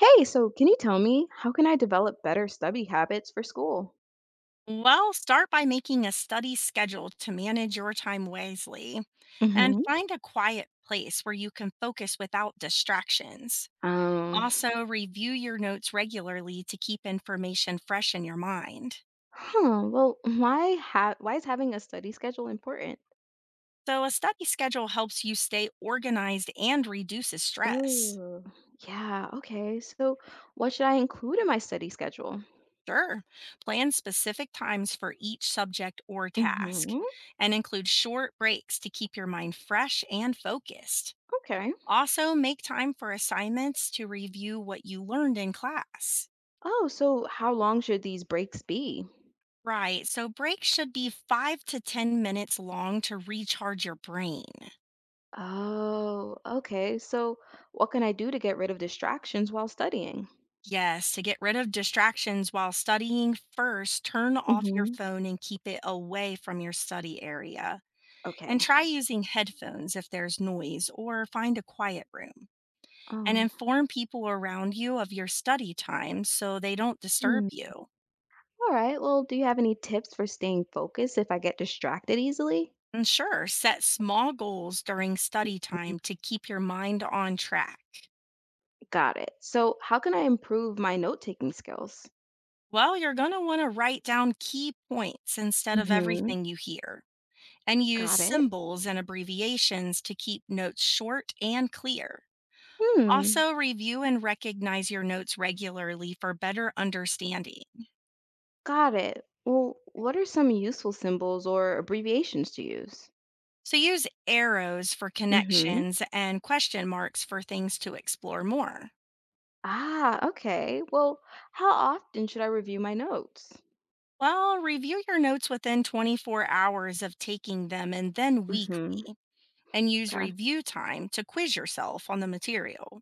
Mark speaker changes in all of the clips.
Speaker 1: Hey, so can you tell me how can I develop better study habits for school?
Speaker 2: Well, start by making a study schedule to manage your time wisely and
Speaker 1: Hmm.
Speaker 2: find a quiet place where you can focus without distractions.
Speaker 1: Um,
Speaker 2: Also, review your notes regularly to keep information fresh in your mind.
Speaker 1: huh, well, why is having a study schedule important?
Speaker 2: So, a study schedule helps you stay organized and reduces stress.
Speaker 1: Ooh, yeah, okay. So what should I include in my study schedule?
Speaker 2: Sure, plan specific times for each subject or task
Speaker 1: Hmm.
Speaker 2: and include short breaks to keep your mind fresh and focused.
Speaker 1: Okay.
Speaker 2: Also, make time for assignments to review what you learned in class.
Speaker 1: Oh, so how long should these breaks be?
Speaker 2: Right, so breaks should be five to 10 minutes long to recharge your brain.
Speaker 1: Oh, okay. So what can I do to get rid of distractions while studying?
Speaker 2: Yes, to get rid of distractions while studying, first turn off your
Speaker 1: Hmm.
Speaker 2: phone and keep it away from your study area. And
Speaker 1: Okay.
Speaker 2: try using headphones if there's noise or find a quiet room. And
Speaker 1: Oh.
Speaker 2: inform people around you of your study time so they don't disturb you.
Speaker 1: All right. Well, do you have any tips for staying focused if I get distracted easily?
Speaker 2: Mm, sure, set small goals during study time to keep your mind on track.
Speaker 1: Got it. So, how can I improve my note-taking skills?
Speaker 2: Well, you're going to want to write down key points instead of
Speaker 1: Hmm.
Speaker 2: everything you hear and use
Speaker 1: Got it.
Speaker 2: symbols and abbreviations to keep notes short and clear.
Speaker 1: Hmm.
Speaker 2: Also, review and recognize your notes regularly for better understanding.
Speaker 1: Got it. Well, what are some useful symbols or abbreviations to use?
Speaker 2: So, use arrows for
Speaker 1: Hmm.
Speaker 2: connections and question marks for things to explore more.
Speaker 1: Ah, okay. Well, how often should I review my notes?
Speaker 2: Well, review your notes within 24 hours of taking them and then
Speaker 1: Hmm.
Speaker 2: weekly, and use
Speaker 1: Okay.
Speaker 2: review time to quiz yourself on the material.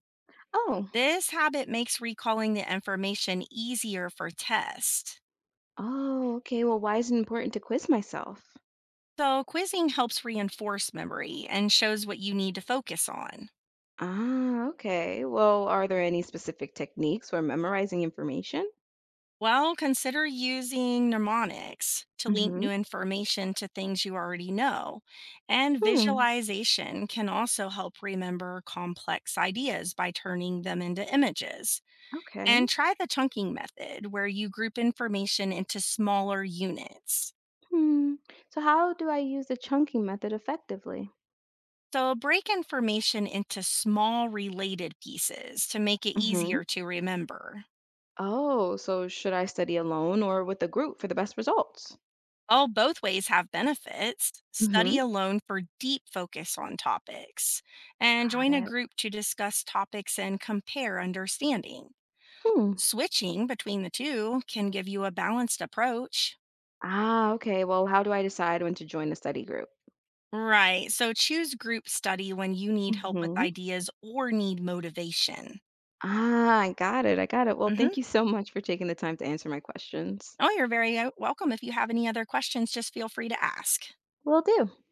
Speaker 1: Oh.
Speaker 2: This habit makes recalling the information easier for tests.
Speaker 1: Oh, okay. Well, why is it important to quiz myself?
Speaker 2: So, quizzing helps reinforce memory and shows what you need to focus on.
Speaker 1: Ah, okay. Well, are there any specific techniques for memorizing information?
Speaker 2: Well, consider using mnemonics to link
Speaker 1: Hmm.
Speaker 2: new information to things you already know. And
Speaker 1: Hmm.
Speaker 2: visualization can also help remember complex ideas by turning them into images.
Speaker 1: Okay.
Speaker 2: And try the chunking method, where you group information into smaller units.
Speaker 1: Hmm. So, how do I use the chunking method effectively?
Speaker 2: So break information into small related pieces to make it
Speaker 1: Hmm.
Speaker 2: easier to remember.
Speaker 1: Oh, so should I study alone or with a group for the best results?
Speaker 2: All both ways have benefits.
Speaker 1: Hmm.
Speaker 2: Study alone for deep focus on topics, and
Speaker 1: Got
Speaker 2: join a
Speaker 1: it.
Speaker 2: group to discuss topics and compare understanding.
Speaker 1: Hmm.
Speaker 2: Switching between the two can give you a balanced approach.
Speaker 1: Ah, okay. Well, how do I decide when to join a study group?
Speaker 2: Right, so choose group study when you need help with
Speaker 1: Hmm.
Speaker 2: ideas or need motivation.
Speaker 1: Ah, I got it. I got it. Well,
Speaker 2: Hmm.
Speaker 1: thank you so much for taking the time to answer my questions.
Speaker 2: Oh, you're very welcome. If you have any other questions, just feel free to ask.
Speaker 1: Will do.